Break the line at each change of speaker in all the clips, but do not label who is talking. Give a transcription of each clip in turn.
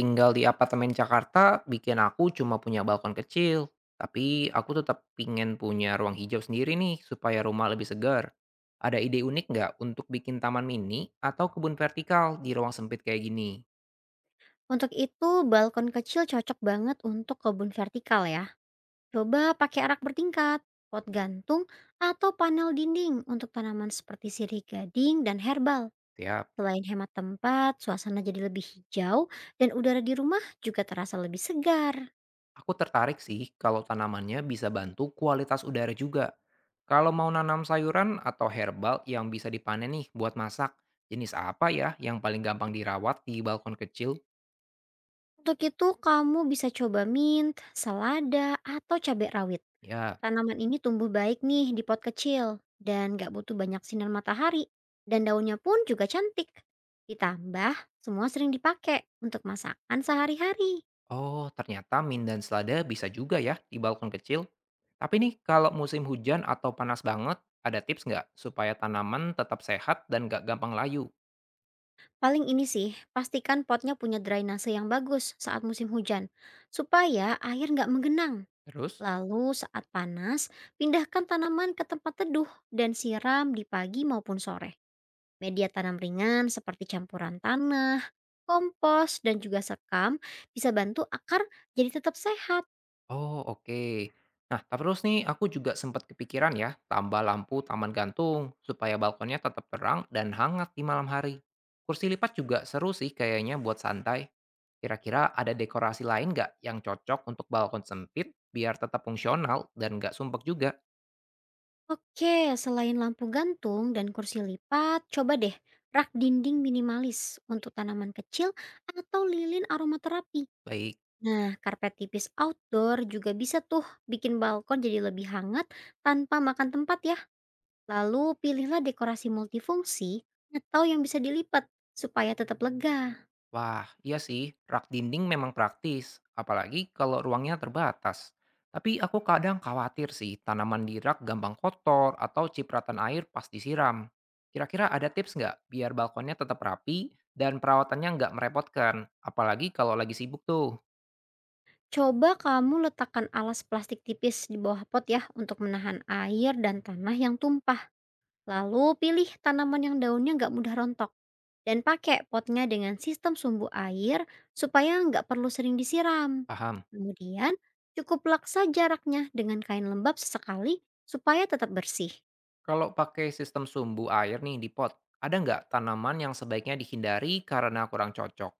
Tinggal di apartemen Jakarta bikin aku cuma punya balkon kecil, tapi aku tetap pingin punya ruang hijau sendiri nih supaya rumah lebih segar. Ada ide unik nggak untuk bikin taman mini atau kebun vertikal di ruang sempit kayak gini?
Untuk itu, balkon kecil cocok banget untuk kebun vertikal ya. Coba pakai rak bertingkat, pot gantung, atau panel dinding untuk tanaman seperti sirih gading dan herbal.
Tiap.
Selain hemat tempat, suasana jadi lebih hijau, dan udara di rumah juga terasa lebih segar.
Aku tertarik sih kalau tanamannya bisa bantu kualitas udara juga. Kalau mau nanam sayuran atau herbal yang bisa dipanen nih buat masak, jenis apa ya yang paling gampang dirawat di balkon kecil?
Untuk itu, kamu bisa coba mint, selada, atau cabai rawit.
Ya.
Tanaman ini tumbuh baik nih di pot kecil dan gak butuh banyak sinar matahari. Dan daunnya pun juga cantik. Ditambah, semua sering dipakai untuk masakan sehari-hari.
Oh, ternyata min dan selada bisa juga ya di balkon kecil. Tapi nih, kalau musim hujan atau panas banget, ada tips nggak supaya tanaman tetap sehat dan nggak gampang layu?
Paling ini sih, pastikan potnya punya drainase yang bagus saat musim hujan, supaya air nggak menggenang.
Terus.
Lalu saat panas, pindahkan tanaman ke tempat teduh dan siram di pagi maupun sore. Media tanam ringan seperti campuran tanah, kompos, dan juga sekam bisa bantu akar jadi tetap sehat.
Oh, oke. Nah, tapi terus nih, aku juga sempat kepikiran ya, tambah lampu taman gantung supaya balkonnya tetap terang dan hangat di malam hari. Kursi lipat juga seru sih kayaknya buat santai. Kira-kira ada dekorasi lain nggak yang cocok untuk balkon sempit biar tetap fungsional dan nggak sumpek juga?
Oke, selain lampu gantung dan kursi lipat, coba deh rak dinding minimalis untuk tanaman kecil atau lilin aromaterapi.
Baik.
Nah, karpet tipis outdoor juga bisa tuh bikin balkon jadi lebih hangat tanpa makan tempat ya. Lalu pilihlah dekorasi multifungsi atau yang bisa dilipat supaya tetap lega.
Wah, iya sih, rak dinding memang praktis, apalagi kalau ruangnya terbatas. Tapi aku kadang khawatir sih, tanaman di rak gampang kotor atau cipratan air pas disiram. Kira-kira ada tips nggak biar balkonnya tetap rapi dan perawatannya nggak merepotkan, apalagi kalau lagi sibuk tuh?
Coba kamu letakkan alas plastik tipis di bawah pot ya untuk menahan air dan tanah yang tumpah. Lalu pilih tanaman yang daunnya nggak mudah rontok. Dan pakai potnya dengan sistem sumbu air supaya nggak perlu sering disiram.
Paham.
Kemudian cukup laksa jaraknya dengan kain lembab sesekali supaya tetap bersih.
Kalau pakai sistem sumbu air nih di pot, ada nggak tanaman yang sebaiknya dihindari karena kurang cocok?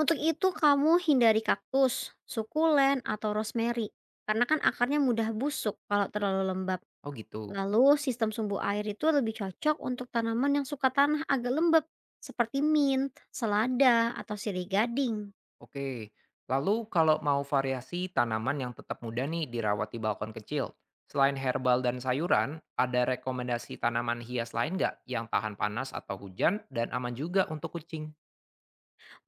Untuk itu kamu hindari kaktus, sukulen, atau rosemary. Karena kan akarnya mudah busuk kalau terlalu lembab.
Oh gitu.
Lalu sistem sumbu air itu lebih cocok untuk tanaman yang suka tanah agak lembab seperti mint, selada, atau sirih gading.
Oke, lalu kalau mau variasi tanaman yang tetap muda nih dirawat di balkon kecil, selain herbal dan sayuran, ada rekomendasi tanaman hias lain nggak yang tahan panas atau hujan dan aman juga untuk kucing?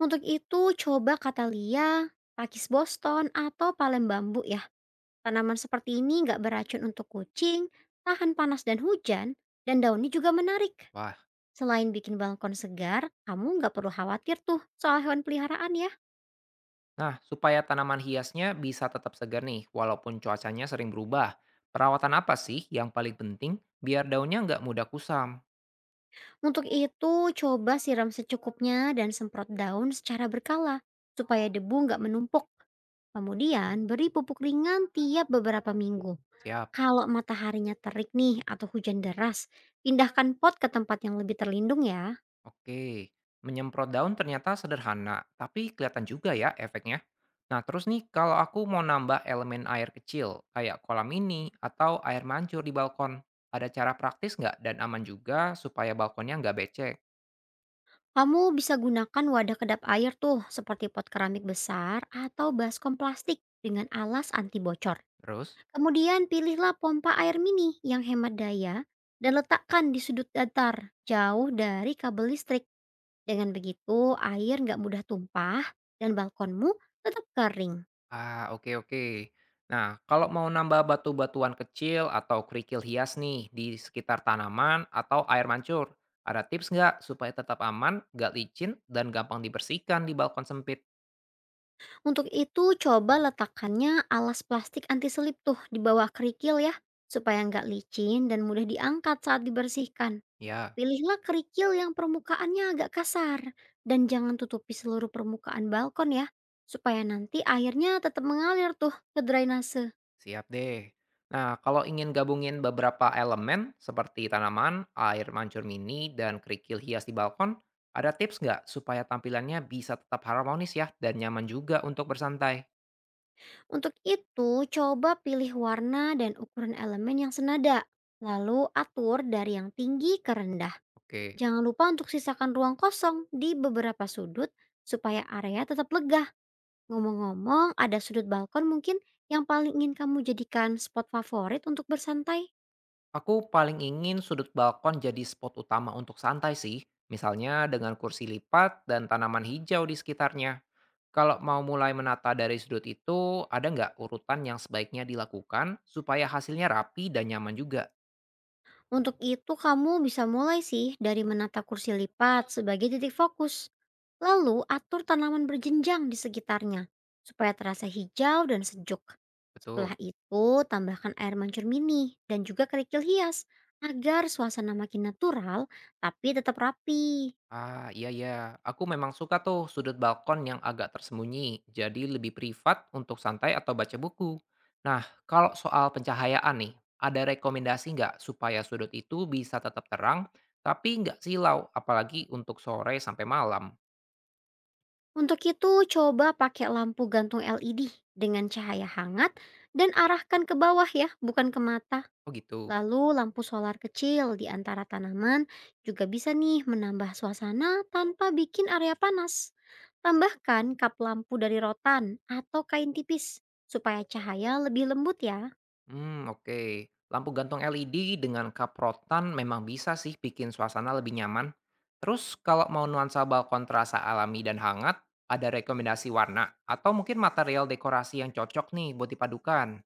Untuk itu coba katalia, pakis Boston, atau palem bambu ya. Tanaman seperti ini nggak beracun untuk kucing, tahan panas dan hujan, dan daunnya juga menarik.
Wah.
Selain bikin balkon segar, kamu nggak perlu khawatir tuh soal hewan peliharaan ya.
Nah, supaya tanaman hiasnya bisa tetap segar nih, walaupun cuacanya sering berubah. Perawatan apa sih yang paling penting biar daunnya nggak mudah kusam?
Untuk itu, coba siram secukupnya dan semprot daun secara berkala, supaya debu nggak menumpuk. Kemudian beri pupuk ringan tiap beberapa minggu.
Siap.
Kalau mataharinya terik nih atau hujan deras, pindahkan pot ke tempat yang lebih terlindung ya.
Oke, menyemprot daun ternyata sederhana, tapi kelihatan juga ya efeknya. Nah, terus nih kalau aku mau nambah elemen air kecil, kayak kolam mini atau air mancur di balkon, ada cara praktis nggak dan aman juga supaya balkonnya nggak becek?
Kamu bisa gunakan wadah kedap air tuh seperti pot keramik besar atau baskom plastik dengan alas anti bocor.
Terus?
Kemudian pilihlah pompa air mini yang hemat daya dan letakkan di sudut datar jauh dari kabel listrik. Dengan begitu air nggak mudah tumpah dan balkonmu tetap kering.
Ah, oke oke. Nah, kalau mau nambah batu-batuan kecil atau kerikil hias nih di sekitar tanaman atau air mancur, ada tips nggak supaya tetap aman, nggak licin, dan gampang dibersihkan di balkon sempit?
Untuk itu coba letakkannya alas plastik anti selip tuh di bawah kerikil ya, supaya nggak licin dan mudah diangkat saat dibersihkan.
Ya.
Pilihlah kerikil yang permukaannya agak kasar dan jangan tutupi seluruh permukaan balkon ya, supaya nanti airnya tetap mengalir tuh ke drainase.
Siap deh. Nah, kalau ingin gabungin beberapa elemen seperti tanaman, air mancur mini, dan kerikil hias di balkon, ada tips nggak supaya tampilannya bisa tetap harmonis ya dan nyaman juga untuk bersantai?
Untuk itu coba pilih warna dan ukuran elemen yang senada. Lalu atur dari yang tinggi ke rendah.
Oke,
Jangan lupa untuk sisakan ruang kosong di beberapa sudut supaya area tetap lega. Ngomong-ngomong, ada sudut balkon mungkin yang paling ingin kamu jadikan spot favorit untuk bersantai?
aku paling ingin sudut balkon jadi spot utama untuk santai sih, misalnya dengan kursi lipat dan tanaman hijau di sekitarnya. Kalau mau mulai menata dari sudut itu, ada nggak urutan yang sebaiknya dilakukan supaya hasilnya rapi dan nyaman juga?
Untuk itu kamu bisa mulai sih dari menata kursi lipat sebagai titik fokus. Lalu atur tanaman berjenjang di sekitarnya supaya terasa hijau dan sejuk.
Betul.
Setelah itu tambahkan air mancur mini dan juga kerikil hias agar suasana makin natural tapi tetap rapi.
Ah, iya ya. Aku memang suka tuh sudut balkon yang agak tersembunyi, jadi lebih privat untuk santai atau baca buku. Nah, kalau soal pencahayaan nih, ada rekomendasi nggak supaya sudut itu bisa tetap terang, tapi nggak silau, apalagi untuk sore sampai malam?
Untuk itu, coba pakai lampu gantung LED dengan cahaya hangat dan arahkan ke bawah ya, bukan ke mata.
Oh gitu.
Lalu lampu solar kecil di antara tanaman juga bisa nih menambah suasana tanpa bikin area panas. Tambahkan kap lampu dari rotan atau kain tipis supaya cahaya lebih lembut ya.
Hmm, oke. Lampu gantung LED dengan kaprotan memang bisa sih bikin suasana lebih nyaman. Terus kalau mau nuansa balkon terasa alami dan hangat, ada rekomendasi warna atau mungkin material dekorasi yang cocok nih buat dipadukan?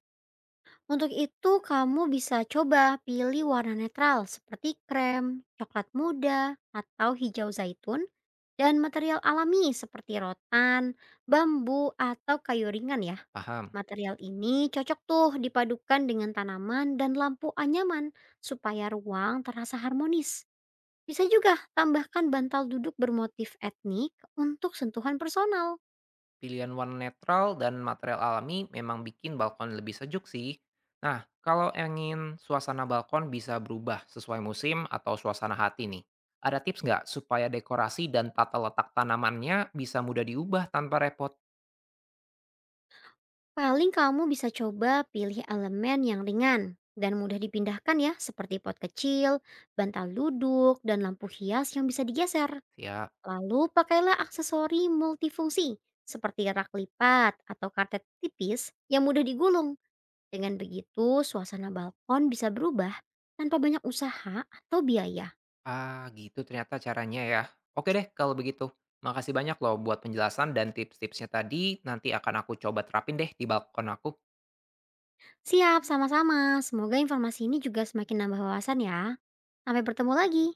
Untuk itu, kamu bisa coba pilih warna netral seperti krem, coklat muda, atau hijau zaitun, dan material alami seperti rotan, bambu, atau kayu ringan ya.
Paham.
Material ini cocok tuh dipadukan dengan tanaman dan lampu anyaman supaya ruang terasa harmonis. Bisa juga tambahkan bantal duduk bermotif etnik untuk sentuhan personal.
Pilihan warna netral dan material alami memang bikin balkon lebih sejuk sih. Nah, kalau ingin suasana balkon bisa berubah sesuai musim atau suasana hati nih. Ada tips nggak supaya dekorasi dan tata letak tanamannya bisa mudah diubah tanpa repot?
Paling kamu bisa coba pilih elemen yang ringan dan mudah dipindahkan ya, seperti pot kecil, bantal duduk, dan lampu hias yang bisa digeser.
Siap.
Lalu pakailah aksesori multifungsi seperti rak lipat atau karpet tipis yang mudah digulung. Dengan begitu, suasana balkon bisa berubah tanpa banyak usaha atau biaya.
Ah, gitu ternyata caranya ya. Oke deh kalau begitu. Makasih banyak loh buat penjelasan dan tips-tipsnya tadi. Nanti akan aku coba terapin deh di balkon aku.
Siap, sama-sama. Semoga informasi ini juga semakin nambah wawasan ya. Sampai bertemu lagi.